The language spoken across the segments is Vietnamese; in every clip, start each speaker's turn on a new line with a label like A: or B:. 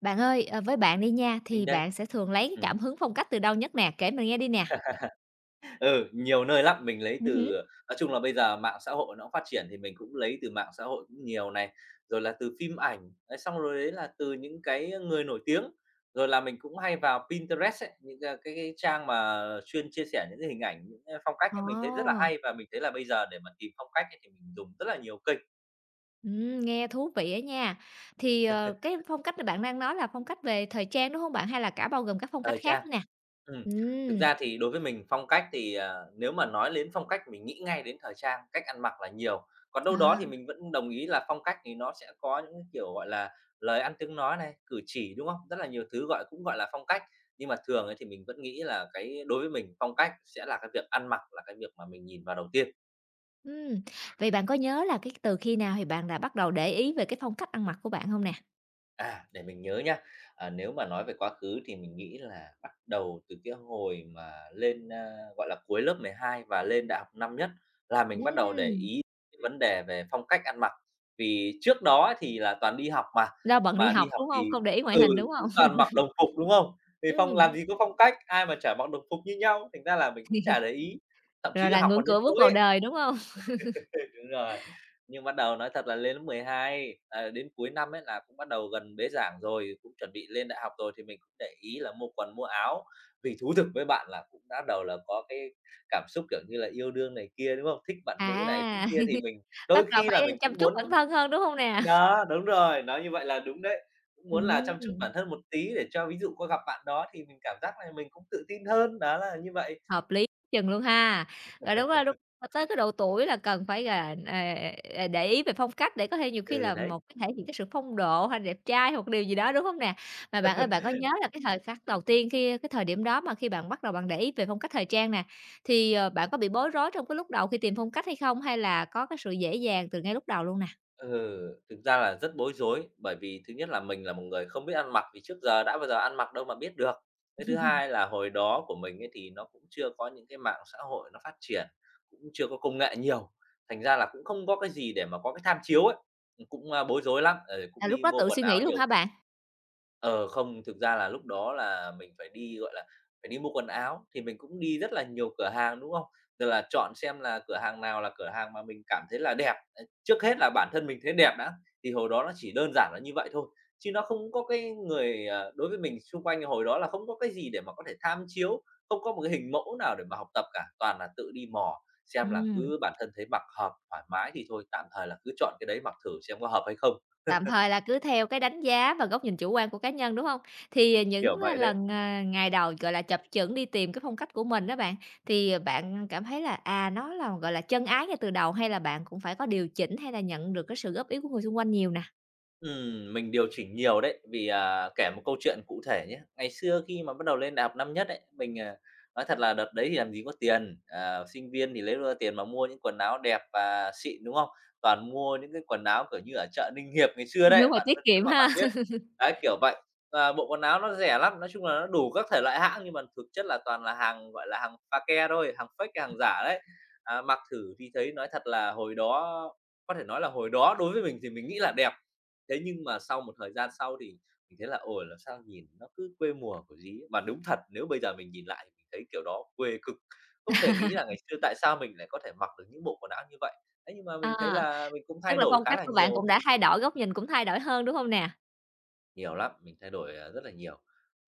A: Bạn ơi, với bạn đi nha,
B: Mình
A: thì
B: đây.
A: bạn sẽ thường lấy cái
B: Ừm,
A: cảm hứng phong cách từ đâu nhất nè? Kể mình nghe đi nè.
B: ừ, nhiều nơi lắm, mình lấy
A: Hứm.
B: từ nói chung là bây giờ mạng xã hội nó phát triển thì mình cũng lấy từ mạng xã hội cũng nhiều này, rồi là từ phim ảnh, đấy, xong rồi đấy là từ những cái người nổi tiếng, rồi là mình cũng hay vào Pinterest ấy, những cái trang mà chuyên chia sẻ những cái hình ảnh, những cái phong cách ấy, mình thấy rất là
A: Ồ,
B: hay và mình thấy là bây giờ để mà tìm phong cách ấy thì mình dùng rất là nhiều kênh
A: nghe thú vị á nha. Thì, cái phong cách mà bạn đang nói là phong cách về thời trang, đúng không bạn? Hay là cả bao gồm các phong cách
B: thời trang.
A: khác nữa nè?
B: Ừm, thực
A: Ừm,
B: ra thì đối với mình phong cách thì, nếu mà nói đến phong cách mình nghĩ ngay đến thời trang, cách ăn mặc là nhiều. Còn đâu đó
A: à,
B: thì mình vẫn đồng ý là phong cách thì nó sẽ có những cái, kiểu, gọi là, lời ăn tiếng nói này, cử chỉ, đúng không? Rất là nhiều thứ gọi cũng gọi là phong cách. Nhưng mà thường ấy thì mình vẫn nghĩ là cái đối với mình phong cách sẽ là cái việc ăn mặc là cái việc mà mình nhìn vào đầu tiên.
A: ừm. Vậy bạn có nhớ là từ khi nào thì bạn đã bắt đầu để ý về cái phong cách ăn mặc của bạn không nè?
B: À, để mình nhớ nhá. À, nếu mà nói về quá khứ thì mình nghĩ là bắt đầu từ cái hồi mà lên, gọi là, cuối lớp 12 và lên đại học năm nhất là mình bắt đầu để
A: Ừm,
B: ý cái vấn đề về phong cách ăn mặc. Vì trước đó thì là toàn đi học
A: do bận đi
B: mà đi
A: học,
B: học
A: đúng không?
B: thì
A: Không để ý ngoại
B: ừ,
A: hình, đúng
B: cũng
A: không?
B: toàn mặc đồng phục, đúng không? Thì phong làm
A: Ừm,
B: gì có phong cách, ai mà chả mặc đồng phục như nhau, thành ra là mình cũng chả để ý. Thậm
A: rồi
B: chí
A: là
B: học
A: ngưỡng
B: còn đến
A: cửa
B: tối
A: bước vào
B: ấy.
A: đời, đúng không?
B: Đúng rồi, nhưng bắt đầu nói thật là lên lớp 12, à, đến cuối năm ấy là cũng bắt đầu gần bế giảng rồi, cũng chuẩn bị lên đại học rồi thì mình cũng để ý là mua quần mua áo. Vì thú thực với bạn là cũng bắt đầu là có cái cảm xúc, kiểu như là, yêu đương này kia, đúng không? Thích bạn nữ này, thích
A: À,
B: kia thì mình đôi
A: bắt đầu
B: khi là
A: phải
B: mình
A: chăm
B: cũng
A: chút
B: muốn.
A: bản thân hơn, đúng không nè?
B: Đó, đúng rồi, nói như vậy là đúng đấy, cũng muốn là chăm chút
A: Ừm,
B: bản thân một tí để cho ví dụ có gặp bạn đó thì mình cảm giác là mình cũng tự tin hơn, đó là như vậy.
A: hợp lý chừng luôn ha. Rồi đúng rồi, đúng rồi, tới cái độ tuổi là cần phải là, để ý về phong cách để có thể nhiều khi
B: Ừ,
A: là
B: đấy.
A: một cái thể hiện cái sự phong độ hay đẹp trai hoặc điều gì đó, đúng không nè? Mà bạn ơi, bạn có nhớ là cái thời khắc đầu tiên khi cái thời điểm đó mà khi bạn bắt đầu bạn để ý về phong cách thời trang nè, thì, bạn có bị bối rối trong cái lúc đầu khi tìm phong cách hay không? Hay là có cái sự dễ dàng từ ngay lúc đầu luôn nè?
B: Ừ, thực ra là rất bối rối, bởi vì thứ nhất là mình là một người không biết ăn mặc, vì trước giờ đã bao giờ ăn mặc đâu mà biết được. Cái thứ hai là hồi đó của mình ấy thì nó cũng chưa có những cái mạng xã hội nó phát triển, cũng chưa có công nghệ nhiều, thành ra là cũng không có cái gì để mà có cái tham chiếu ấy, cũng, bối rối lắm, cũng
A: Là lúc
B: đi
A: đó
B: mua
A: tự
B: quần
A: suy nghĩ
B: áo
A: luôn
B: nhiều.
A: hả bạn?
B: Ờ, không, thực ra là lúc đó là mình phải đi, gọi là, phải đi mua quần áo, thì mình cũng đi rất là nhiều cửa hàng, đúng không? Rồi là chọn xem là cửa hàng nào là cửa hàng mà mình cảm thấy là đẹp, ờ, trước hết là bản thân mình thấy đẹp đã, thì hồi đó nó chỉ đơn giản là như vậy thôi, chứ nó không có cái người đối với mình xung quanh hồi đó là không có cái gì để mà có thể tham chiếu, không có một cái hình mẫu nào để mà học tập cả, toàn là tự đi mò, xem là
A: Ừm.
B: cứ bản thân thấy mặc hợp, thoải mái thì thôi, tạm thời là cứ chọn cái đấy mặc thử xem có hợp hay không,
A: Tạm thời là cứ theo cái đánh giá và góc nhìn chủ quan của cá nhân, đúng hông? Thì,
B: kiểu
A: những,
B: vậy đấy.
A: lần, ngày đầu, gọi là, chập chững đi tìm cái phong cách của mình đó bạn, thì bạn cảm thấy là, nó là, gọi là, chân ái ngay từ đầu hay là bạn cũng phải có điều chỉnh hay là nhận được cái sự góp ý của người xung quanh nhiều nè?
B: Mình điều chỉnh nhiều đấy, vì, kể một câu chuyện cụ thể nhé. Ngày xưa khi mà bắt đầu lên đại học năm nhất ấy, mình, nói thật là đợt đấy thì làm gì có tiền, ờ, sinh viên thì lấy đâu ra tiền mà mua những quần áo đẹp và xịn, đúng không? Toàn mua những cái quần áo, kiểu như, ở chợ Ninh Hiệp ngày xưa
A: Đúng
B: đấy,
A: rồi,
B: bạn
A: tiết
B: nếu
A: kiệm
B: mà
A: ha.
B: bạn biết. Đấy, kiểu vậy, và bộ quần áo nó rẻ lắm, nói chung là nó đủ các thể loại hãng nhưng mà thực chất là toàn là hàng, gọi là, hàng pha ke thôi, hàng fake, hàng giả đấy. À, mặc thử thì thấy nói thật là hồi đó có thể nói là hồi đó đối với mình thì mình nghĩ là đẹp. Thế nhưng mà sau một thời gian sau thì mình thấy là, ôi, là sao nhìn nó cứ quê mùa của gì ấy. Và đúng thật nếu bây giờ mình nhìn lại thì mình thấy kiểu đó quê cực, không thể nghĩ là ngày xưa tại sao mình lại có thể mặc được những bộ quần áo như vậy. Thế nhưng mà mình thấy
A: À,
B: là mình cũng
A: tức
B: thay
A: là
B: đổi
A: phong
B: khá
A: cách
B: là
A: của bạn
B: nhiều,
A: cũng đã thay đổi, góc nhìn cũng thay đổi hơn, đúng hông nè?
B: nhiều lắm, mình thay đổi, rất là nhiều.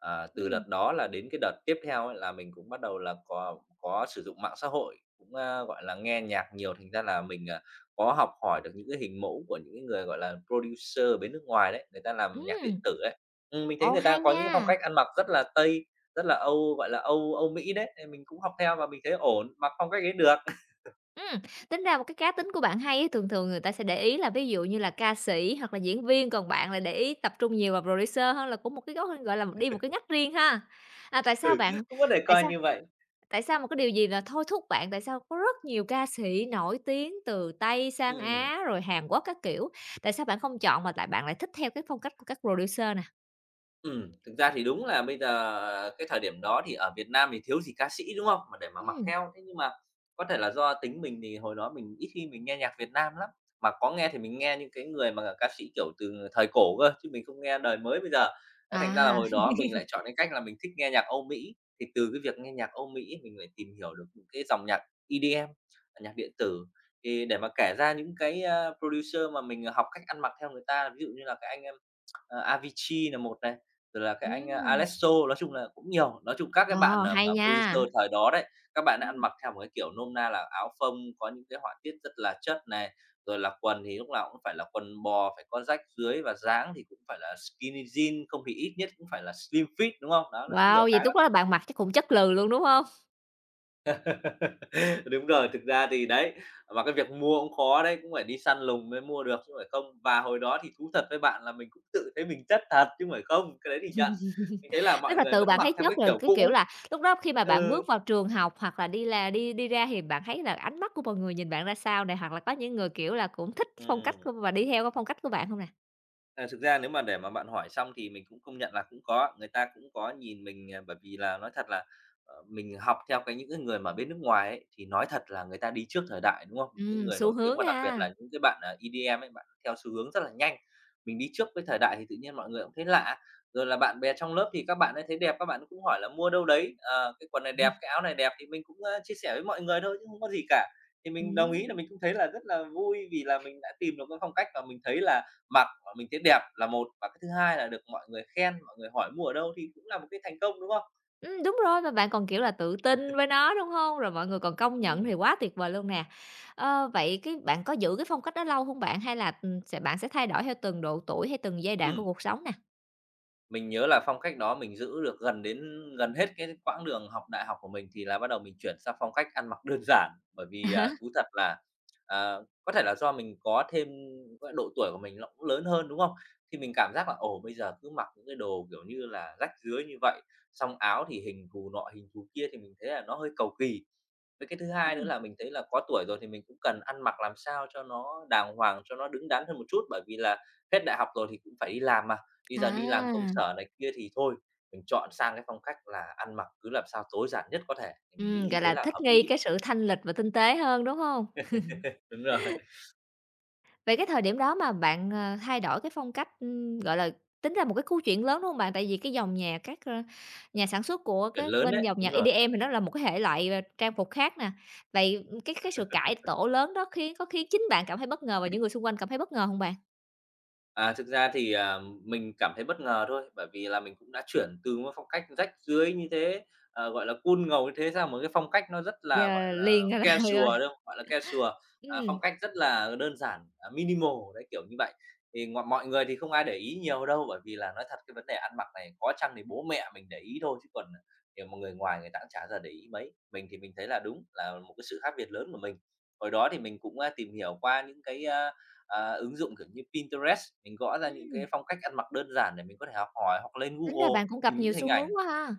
B: À, từ
A: Ừm,
B: đợt đó là đến cái đợt tiếp theo ấy là mình cũng bắt đầu là có sử dụng mạng xã hội, cũng, gọi là, nghe nhạc nhiều, thành ra là mình, có học hỏi được những cái hình mẫu của những cái người, gọi là, producer ở bên nước ngoài đấy, người ta làm nhạc điện
A: ừm,
B: tử ấy. Mình thấy
A: ồ,
B: người ta
A: hay
B: có những phong
A: nha!
B: cách ăn mặc rất là Tây, rất là Âu, gọi là, Âu Âu Mỹ đấy, nên mình cũng học theo và mình thấy ổn, mặc phong cách ấy được,
A: Ừm, tính ra một cái cá tính của bạn hay á, thường thường người ta sẽ để ý là ví dụ như là ca sĩ hoặc là diễn viên, còn bạn lại để ý tập trung nhiều vào producer hơn là cũng một cái góc, gọi là, đi một cái ngách riêng ha. À, tại sao bạn
B: cũng có thể
A: tại
B: coi
A: sao
B: như vậy.
A: tại sao một cái điều gì là thôi thúc bạn? Tại sao có rất nhiều ca sĩ nổi tiếng từ Tây sang
B: Ừm.
A: Á, rồi Hàn Quốc các kiểu, tại sao bạn không chọn mà bạn lại thích theo cái phong cách của các producer nè?
B: Thực ra thì đúng là bây giờ cái thời điểm đó thì ở Việt Nam thì thiếu gì ca sĩ, đúng không? Mà để mà mặc
A: Ừm,
B: theo. Thế nhưng mà có thể là do tính mình thì hồi đó mình ít khi mình nghe nhạc Việt Nam lắm, mà có nghe thì mình nghe những cái người mà ca sĩ, kiểu, từ thời cổ cơ, chứ mình không nghe đời mới bây giờ. Đấy, thành ra là
A: à,
B: hồi đó mình lại chọn cái cách là mình thích nghe nhạc Âu Mỹ, thì từ cái việc nghe nhạc Âu Mỹ mình lại tìm hiểu được những cái dòng nhạc EDM, à, nhạc điện tử. Thì để mà kể ra những cái, producer mà mình học cách ăn mặc theo người ta, ví dụ như là cái anh Avicii là một này, rồi là cái anh,
A: ừm,
B: Alesso, nói chung là cũng nhiều. Nói chung các cái
A: ờ,
B: bạn, mà
A: hay nha.
B: producer thời đó đấy, các bạn ấy ăn
A: Ừm,
B: mặc theo một cái kiểu nôm na là áo phông có những cái họa tiết rất là chất này, rồi là quần thì lúc nào cũng phải là quần bò, phải có rách dưới và dáng thì cũng phải là skinny jean, không thì ít nhất cũng phải là slim fit, đúng không? Đó, là
A: wow,
B: nhiều
A: vậy
B: cái
A: lúc
B: lắm.
A: đó là bạn mặc chắc cũng chất lừ luôn, đúng không?
B: Đúng rồi, thực ra thì đấy, và cái việc mua cũng khó đấy, cũng phải đi săn lùng mới mua được chứ không phải không. Và hồi đó thì thú thật với bạn là mình cũng tự thấy mình chất thật chứ không phải không, cái đấy thì nhận. Mình thấy là
A: Tức
B: mọi
A: là
B: người
A: từ
B: vẫn
A: bạn
B: mặc
A: thấy
B: theo
A: chất
B: cái
A: rồi,
B: kiểu
A: cái kiểu
B: cũ.
A: là, lúc đó khi mà bạn
B: Ừ.
A: bước vào trường học hoặc là đi đi ra thì bạn thấy là ánh mắt của mọi người nhìn bạn ra sao này? Hoặc là có những người, kiểu là, cũng thích phong cách
B: Ừm.
A: của và đi theo cái phong cách của bạn không nè?
B: À, thực ra nếu mà để mà bạn hỏi xong thì mình cũng công nhận là cũng có, người ta cũng có nhìn mình, bởi vì là nói thật là, mình học theo cái những cái người mà bên nước ngoài ấy, thì nói thật là người ta đi trước thời đại, đúng không? Những cái người
A: Xu
B: nổi tiếng
A: hướng
B: mà đặc biệt
A: ha.
B: là những cái bạn, EDM ấy, bạn theo xu hướng rất là nhanh. Mình đi trước với thời đại thì tự nhiên mọi người cũng thấy lạ, rồi là bạn bè trong lớp thì các bạn ấy thấy đẹp, các bạn cũng hỏi là mua đâu đấy, ờ, cái quần này đẹp, cái áo này đẹp thì mình cũng, ơ, chia sẻ với mọi người thôi chứ không có gì cả. Thì mình đồng ý là
A: Ừm,
B: mình cũng thấy là rất là vui vì là mình đã tìm được cái phong cách và mình thấy là mặc và mình thấy đẹp là một, và cái thứ hai là được mọi người khen, mọi người hỏi mua ở đâu thì cũng là một cái thành công, đúng không?
A: đúng rồi, mà bạn còn, kiểu là, tự tin với nó, đúng không? Rồi mọi người còn công nhận
B: Ừm.
A: thì quá tuyệt vời luôn nè. Ờ, vậy bạn có giữ cái phong cách đó lâu không bạn? Hay là, bạn sẽ thay đổi theo từng độ tuổi hay từng giai đoạn của
B: Ừm,
A: cuộc sống nè?
B: mình nhớ là phong cách đó mình giữ được gần hết cái quãng đường học đại học của mình thì là bắt đầu mình chuyển sang phong cách ăn mặc đơn giản, bởi vì,
A: À
B: thú thật là, à, có thể là do mình có thêm gọi độ tuổi của mình nó cũng lớn hơn, đúng không? Thì mình cảm giác là, ồ, bây giờ cứ mặc những cái đồ, kiểu như là, rách rưới như vậy, xong áo thì hình thù nọ hình thù kia thì mình thấy là nó hơi cầu kỳ. Với cái thứ hai nữa là mình thấy là có tuổi rồi thì mình cũng cần ăn mặc làm sao cho nó đàng hoàng, cho nó đứng đắn hơn một chút, bởi vì là hết đại học rồi thì cũng phải đi làm mà. Bây giờ đi làm công
A: à.
B: sở này kia thì thôi, mình chọn sang cái phong cách là ăn mặc cứ làm sao tối giản nhất có thể, thì mình nghĩ như
A: Gọi
B: thế
A: là,
B: là
A: thích
B: hợp
A: nghi
B: lý.
A: cái sự thanh lịch và tinh tế hơn, đúng hông?
B: Đúng rồi,
A: Vậy cái thời điểm đó mà bạn, thay đổi cái phong cách, ưm, gọi là, tính ra một cái cú chuyển lớn, đúng hông bạn? Tại vì cái dòng nhạc các, nhà sản xuất của
B: chuyển
A: các
B: lớn
A: bên
B: đấy,
A: dòng nhạc
B: đúng rồi.
A: EDM thì nó là một cái hệ loại, trang phục khác nè. Vậy, cái sự cải tổ lớn đó có khiến chính bạn cảm thấy bất ngờ và những người xung quanh cảm thấy bất ngờ hông bạn?
B: À, thực ra thì, mình cảm thấy bất ngờ thôi, bởi vì là mình cũng đã chuyển từ một phong cách rách rưới như thế, ờ, gọi là, cool ngầu như thế sang một cái phong cách nó rất là, gọi
A: Giờ
B: là,
A: liền, gọi là,
B: casual, đúng không? Gọi là casual,
A: ừm,
B: phong cách rất là đơn giản, minimal đấy, kiểu như vậy. Thì ngọ mọi người thì không ai để ý nhiều đâu, bởi vì là nói thật cái vấn đề ăn mặc này có chăng thì bố mẹ mình để ý thôi chứ còn, nhiều mà người ngoài người ta cũng chả bao giờ để ý mấy. Mình thì mình thấy là đúng là một cái sự khác biệt lớn của mình. Hồi đó thì mình cũng, tìm hiểu qua những cái, ứng dụng, kiểu như, Pinterest, mình gõ ra những cái
A: ừm,
B: phong cách ăn mặc đơn giản để mình có thể học hỏi, hoặc lên
A: tính ra
B: Google
A: bạn cũng
B: tìm
A: gặp
B: những
A: nhiều
B: hình
A: xu hướng
B: ảnh.
A: quá ha.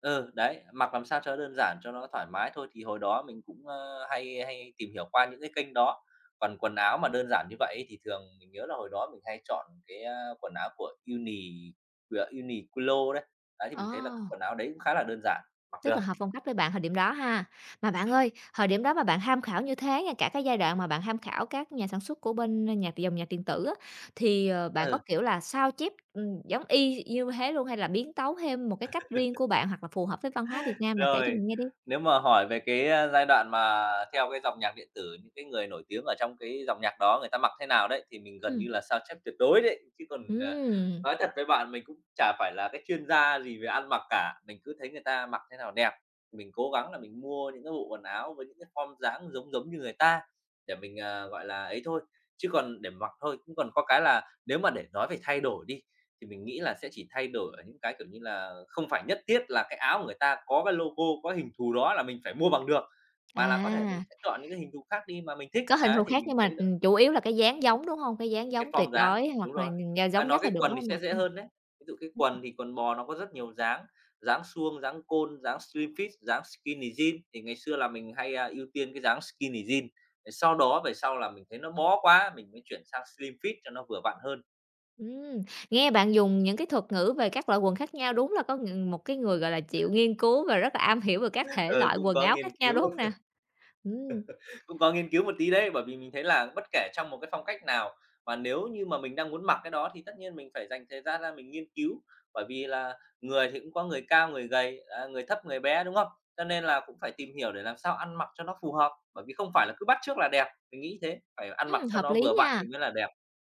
B: Ừ, đấy, mặc làm sao cho đơn giản, cho nó thoải mái thôi, thì hồi đó mình cũng, ơ, hay hay tìm hiểu qua những cái kênh đó. Còn quần áo mà đơn giản như vậy ấy, thì thường mình nhớ là hồi đó mình hay chọn cái, quần áo của Uniqlo đấy. Đấy, thì mình thấy là
A: Ờ.
B: quần áo đấy cũng khá là đơn giản, mặc
A: Rất
B: được.
A: là hợp phong cách với bạn thời điểm đó ha. Mà bạn ơi, thời điểm đó mà bạn tham khảo như thế nha, cả cái giai đoạn mà bạn tham khảo các nhà sản xuất của bên dòng nhạc điện tử á, thì, bạn có,
B: Ừ.
A: kiểu là, sao chép, giống y như thế luôn hay là biến tấu thêm một cái cách riêng của bạn hoặc là phù hợp với văn hóa Việt Nam nè? Kể cho
B: Rồi,
A: mình nghe đi.
B: nếu mà hỏi về cái, giai đoạn mà theo cái dòng nhạc điện tử, những cái người nổi tiếng ở trong cái dòng nhạc đó người ta mặc thế nào đấy, thì mình gần
A: Ừm.
B: như là sao chép tuyệt đối đấy. Chứ còn, ờ,
A: Ừm,
B: nói thật với bạn, mình cũng chả phải là cái chuyên gia gì về ăn mặc cả, mình cứ thấy người ta mặc thế nào đẹp, mình cố gắng là mình mua những cái bộ quần áo với những cái form dáng giống giống như người ta để mình, gọi là, ấy thôi. Chứ còn để mặc thôi, cũng còn có cái là nếu mà để nói về thay đổi đi, thì mình nghĩ là sẽ chỉ thay đổi ở những cái, kiểu như là, không phải nhất thiết là cái áo của người ta có cái logo, có hình thù đó là mình phải mua bằng được, mà là có thể mình
A: à,
B: sẽ chọn những cái hình thù khác đi mà mình thích.
A: có hình
B: Đấy,
A: thù
B: thì
A: khác
B: mình
A: nhưng
B: thấy
A: mà,
B: là
A: chủ yếu là cái dáng giống, đúng không? Cái dáng
B: cái
A: giống tuyệt
B: form dáng
A: đối
B: đúng
A: hoặc là,
B: rồi.
A: g
B: À,
A: giống
B: nói
A: nhất là
B: cái
A: được,
B: quần
A: đúng
B: thì
A: không nào?
B: sẽ dễ
A: Ừm.
B: hơn đấy. Ví dụ cái quần thì quần bò nó có rất nhiều dáng, dáng suông, dáng côn, dáng slim fit, dáng skinny jean, thì ngày xưa là mình hay, ưu tiên cái dáng skinny jean. Rồi sau đó về sau là mình thấy nó bó quá, mình mới chuyển sang slim fit cho nó vừa vặn hơn.
A: Ừm, nghe bạn dùng những cái thuật ngữ về các loại quần khác nhau đúng là có ng một cái người, gọi là, chịu nghiên cứu và rất là am hiểu về các thể
B: Ờ,
A: loại
B: cũng
A: quần
B: có
A: áo
B: nghiên
A: khác nhau, đúng
B: cứu.
A: hông nè? Ừm,
B: Cũng có nghiên cứu một tí đấy, bởi vì mình thấy là bất kể trong một cái phong cách nào mà nếu như mà mình đang muốn mặc cái đó thì tất nhiên mình phải dành thời gian ra mình nghiên cứu, bởi vì là người thì cũng có người cao, người gầy, người thấp, người bé, đúng không? Cho nên là cũng phải tìm hiểu để làm sao ăn mặc cho nó phù hợp, bởi vì không phải là cứ bắt chước là đẹp, mình nghĩ thế, phải ăn mặc cho
A: hợp
B: nó
A: lý
B: vừa vặn
A: nha.
B: thì mới là đẹp.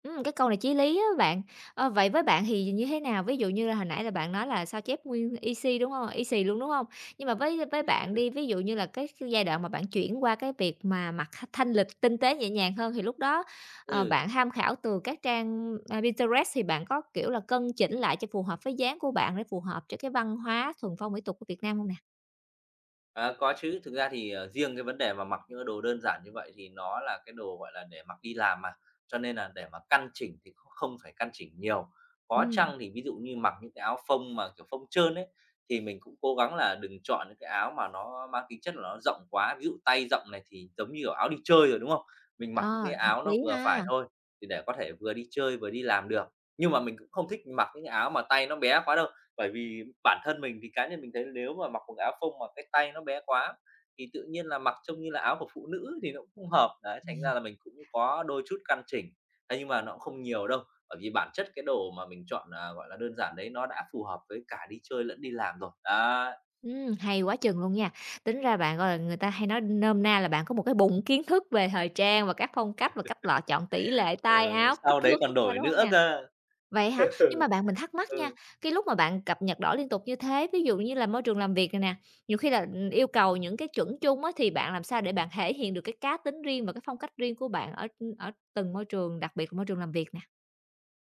A: Cái câu này chí lý á bạn. Ờ, vậy với bạn thì như thế nào? Ví dụ như là hồi nãy là bạn nói là sao chép nguyên y xi, đúng hông? Y xì luôn, đúng hông? Nhưng mà với bạn đi, ví dụ như là cái giai đoạn mà bạn chuyển qua cái việc mà mặc thanh thanh lịch tinh tế nhẹ nhàng hơn thì lúc đó,
B: Ừ.
A: bạn tham khảo từ các trang, Pinterest thì bạn có, kiểu là, cân chỉnh lại cho phù hợp với dáng của bạn để phù hợp cho cái văn hóa thuần phong mỹ tục của Việt Nam hông nè?
B: À, có chứ, thực ra thì, ờ, riêng cái vấn đề mà mặc những cái đồ đơn giản như vậy thì nó là cái đồ, gọi là, để mặc đi làm mà, cho nên là để mà căn chỉnh thì không không phải căn chỉnh nhiều. Có
A: Ừm,
B: chăng thì ví dụ như mặc những cái áo phông mà, kiểu, phông trơn ấy, thì mình cũng cố gắng là đừng chọn những cái áo mà nó mang tính chất là nó rộng quá, ví dụ tay rộng này thì giống như, kiểu, áo đi chơi rồi, đúng không? Mình mặc những cái
A: ờ, hợp
B: áo nó
A: lý
B: vừa phải
A: ha.
B: thôi, thì để có thể vừa đi chơi vừa đi làm được. Nhưng mà mình cũng không thích mặc những cái áo mà tay nó bé quá đâu, bởi vì bản thân mình thì cá nhân mình thấy nếu mà mặc quần áo phông mà cái tay nó bé quá thì tự nhiên là mặc trông như là áo của phụ nữ thì nó cũng không hợp. Đấy, thành ra là mình cũng có đôi chút căn chỉnh, thế nhưng mà nó cũng không nhiều đâu, bởi vì bản chất cái đồ mà mình chọn, gọi là, đơn giản đấy nó đã phù hợp với cả đi chơi lẫn đi làm rồi. Đó,
A: Hay quá chừng luôn nha. Tính ra bạn, gọi là, người ta hay nói nôm na là bạn có một cái bụng kiến thức về thời trang và các phong cách và cách lựa chọn tỷ lệ, tay
B: ờ,
A: áo, kích
B: sau đấy
A: thước khác
B: còn
A: nhau,
B: đổi
A: đúng không
B: nữa
A: nè?
B: cơ.
A: Vậy hả? Nhưng mà mình thắc mắc nha,
B: Ừ.
A: cái lúc mà bạn cập nhật đổi liên tục như thế, ví dụ như là môi trường làm việc này nè, nhiều khi là, yêu cầu những cái chuẩn chung á, thì bạn làm sao để bạn thể hiện được cái cá tính riêng và cái phong cách riêng của bạn ở, ở từng môi trường, đặc biệt là môi trường làm việc nè?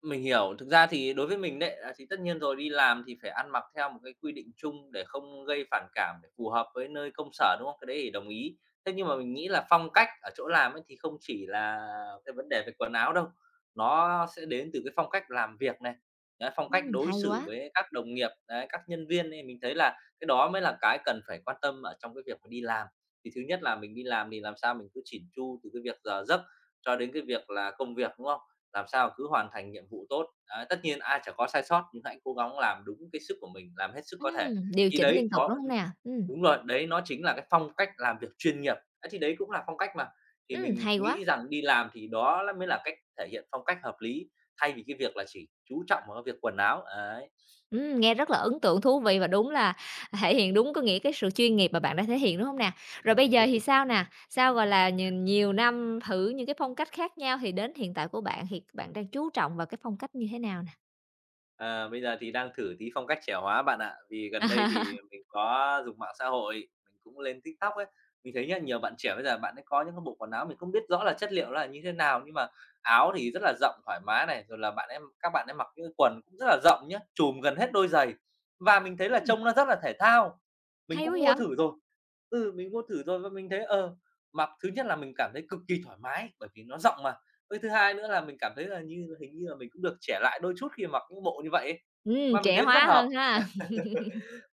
B: Mình hiểu, thực ra thì đối với mình đấy, thì tất nhiên rồi, đi làm thì phải ăn mặc theo một cái quy định chung để không gây phản cảm, để phù hợp với nơi công sở, đúng không? Cái đấy thì đồng ý. Thế nhưng mà mình nghĩ là phong cách ở chỗ làm ấy thì không chỉ là cái vấn đề về quần áo đâu, nó sẽ đến từ cái phong cách làm việc này, đấy, phong cách đối
A: Hay
B: xử
A: quá.
B: với các đồng nghiệp, đấy, các nhân viên ấy, mình thấy là cái đó mới là cái cần phải quan tâm ở trong cái việc mà đi làm. Thì thứ nhất là mình đi làm thì làm sao mình cứ chỉn chu từ cái việc giờ giấc cho đến cái việc là công việc, đúng không? Làm sao cứ hoàn thành nhiệm vụ tốt. Đấy, tất nhiên ai chả có sai sót nhưng hãy cố gắng làm đúng cái sức của mình, làm hết sức có thể.
A: Điều
B: Thì
A: chỉnh
B: đấy
A: liên tục,
B: chó
A: đúng không nè?
B: đúng rồi, đấy nó chính là cái phong cách làm việc chuyên nghiệp. Ấy, thì đấy cũng là phong cách mà, thì mình
A: Hay quá.
B: nghĩ rằng đi làm thì đó là mới là cách thể hiện phong cách hợp lý, thay vì cái việc là chỉ chú trọng vào cái việc quần áo, ấy.
A: Nghe rất là ấn tượng, thú vị và đúng là thể hiện đúng có nghĩa cái sự chuyên nghiệp mà bạn đã thể hiện, đúng không nè? Rồi bây giờ thì sao nè? Sau, gọi là, nhìn nhiều năm thử những cái phong cách khác nhau thì đến hiện tại của bạn thì bạn đang chú trọng vào cái phong cách như thế nào nè?
B: Ờ, bây giờ thì đang thử tí phong cách trẻ hóa bạn ạ. Vì gần đây thì mình có dùng mạng xã hội, mình cũng lên TikTok ấy, mình thấy nhá, nhiều bạn trẻ bây giờ bạn ấy có những cái bộ quần áo mình không biết rõ là chất liệu là như thế nào, nhưng mà áo thì rất là rộng thoải mái này, rồi là bạn ấy các bạn ấy mặc những cái quần cũng rất là rộng nhá, trùm gần hết đôi giày. Và mình thấy là
A: Ừm,
B: trông nó rất là thể thao. Mình
A: hay quá
B: cũng mua
A: vậy!
B: thử rồi. Ừ, mình mua thử rồi và mình thấy, ờ, mặc thứ nhất là mình cảm thấy cực kỳ thoải mái bởi vì nó rộng mà. Với thứ hai nữa là mình cảm thấy là như hình như là mình cũng được trẻ lại đôi chút khi mặc những bộ như vậy ấy, và mình
A: Trẻ
B: thấy rất
A: hóa
B: hợp,
A: hơn ha.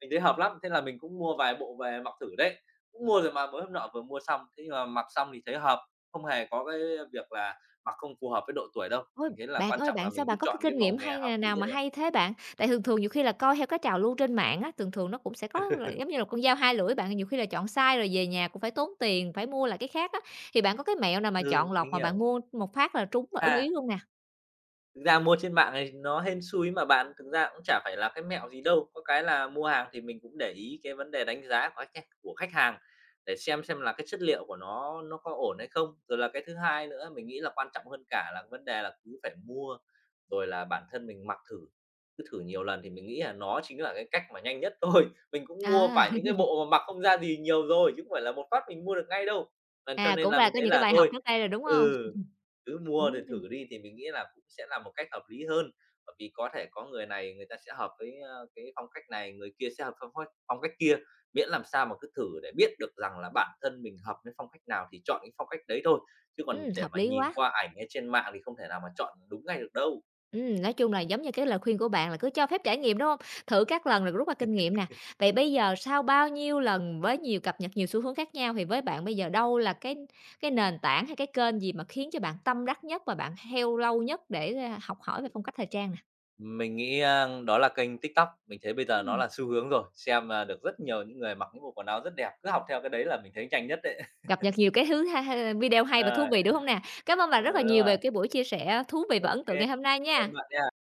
B: mình thấy hợp lắm. Thế là mình cũng mua vài bộ về mặc thử đấy, cũng mua rồi mà mới hôm nọ vừa mua xong, thế nhưng mà mặc xong thì thấy hợp, không hề có cái việc là mặc không phù hợp với độ tuổi đâu.
A: Ôi,
B: Mình thấy là
A: bạn
B: quan
A: ơi,
B: trọng là
A: sao
B: mình cứ
A: bạn có cái
B: chọn cái
A: kinh
B: màu
A: nghiệm
B: mè
A: hay
B: hợp
A: nè
B: lý
A: nào
B: là
A: mà
B: được.
A: hay thế bạn? Tại thường thường nhiều khi là coi theo cái trào lưu trên mạng á, thường thường nó cũng sẽ có là giống như là con dao hai lưỡi bạn, nhiều khi là chọn sai rồi về nhà cũng phải tốn tiền, phải mua lại cái khác á. Thì bạn có cái mẹo nào mà
B: Ừ,
A: chọn lọc
B: mình
A: mà bạn
B: hiểu.
A: mua một phát là trúng và ưng
B: À.
A: ý luôn nè?
B: Thực ra mua trên mạng này nó hên xui mà bạn, thực ra cũng chả phải là cái mẹo gì đâu, có cái là mua hàng thì mình cũng để ý cái vấn đề đánh giá của khách hàng để xem là cái chất liệu của nó có ổn hay không. Rồi là cái thứ hai nữa mình nghĩ là quan trọng hơn cả là vấn đề là cứ phải mua, rồi là bản thân mình mặc thử, cứ thử nhiều lần thì mình nghĩ là nó chính là cái cách mà nhanh nhất thôi. Mình cũng mua
A: À,
B: phải những cái bộ mà mặc không ra gì nhiều rồi, chứ không phải là một phát mình mua được ngay đâu. Ờ, cho
A: à,
B: nên
A: cũng
B: là
A: là
B: mình
A: có
B: thấy
A: những cái
B: là
A: bài học
B: thôi
A: trước đây rồi, đúng không?
B: ừ cứ mua rồi
A: Ừm,
B: thử đi thì mình nghĩ là cũng sẽ là một cách hợp lý hơn. Bởi vì có thể có người này người ta sẽ hợp với, ơ, cái phong cách này, người kia sẽ hợp với phong cách kia, miễn làm sao mà cứ thử để biết được rằng là bản thân mình hợp với phong cách nào thì chọn cái phong cách đấy thôi, chứ còn để
A: hợp
B: mà
A: lý
B: nhìn
A: quá.
B: qua ảnh hay trên mạng thì không thể nào mà chọn đúng ngay được đâu.
A: Nói chung là giống như cái lời khuyên của bạn là cứ cho phép trải nghiệm, đúng không? Thử các lần rồi rút ra kinh nghiệm nè. Vậy bây giờ sau bao nhiêu lần với nhiều cập nhật, nhiều xu hướng khác nhau thì với bạn bây giờ đâu là cái nền tảng hay cái kênh gì mà khiến cho bạn tâm đắc nhất và bạn theo lâu nhất để, học hỏi về phong cách thời trang nè?
B: Mình nghĩ, đó là kênh TikTok, mình thấy bây giờ nó
A: Ừm.
B: là xu hướng rồi, xem, được rất nhiều những người mặc những bộ quần áo rất đẹp, cứ học theo cái đấy là mình thấy nhanh nhất đấy.
A: Cập nhật nhiều cái thứ ha ha video hay và thú
B: Rồi,
A: vị, đúng không nè? Cảm ơn bạn
B: ờ,
A: rất là
B: đúng
A: nhiều về
B: rồi,
A: cái buổi chia sẻ thú vị
B: ô
A: và ấn tượng ngày hôm nay
B: cảm
A: nha.
B: ơn bạn nha.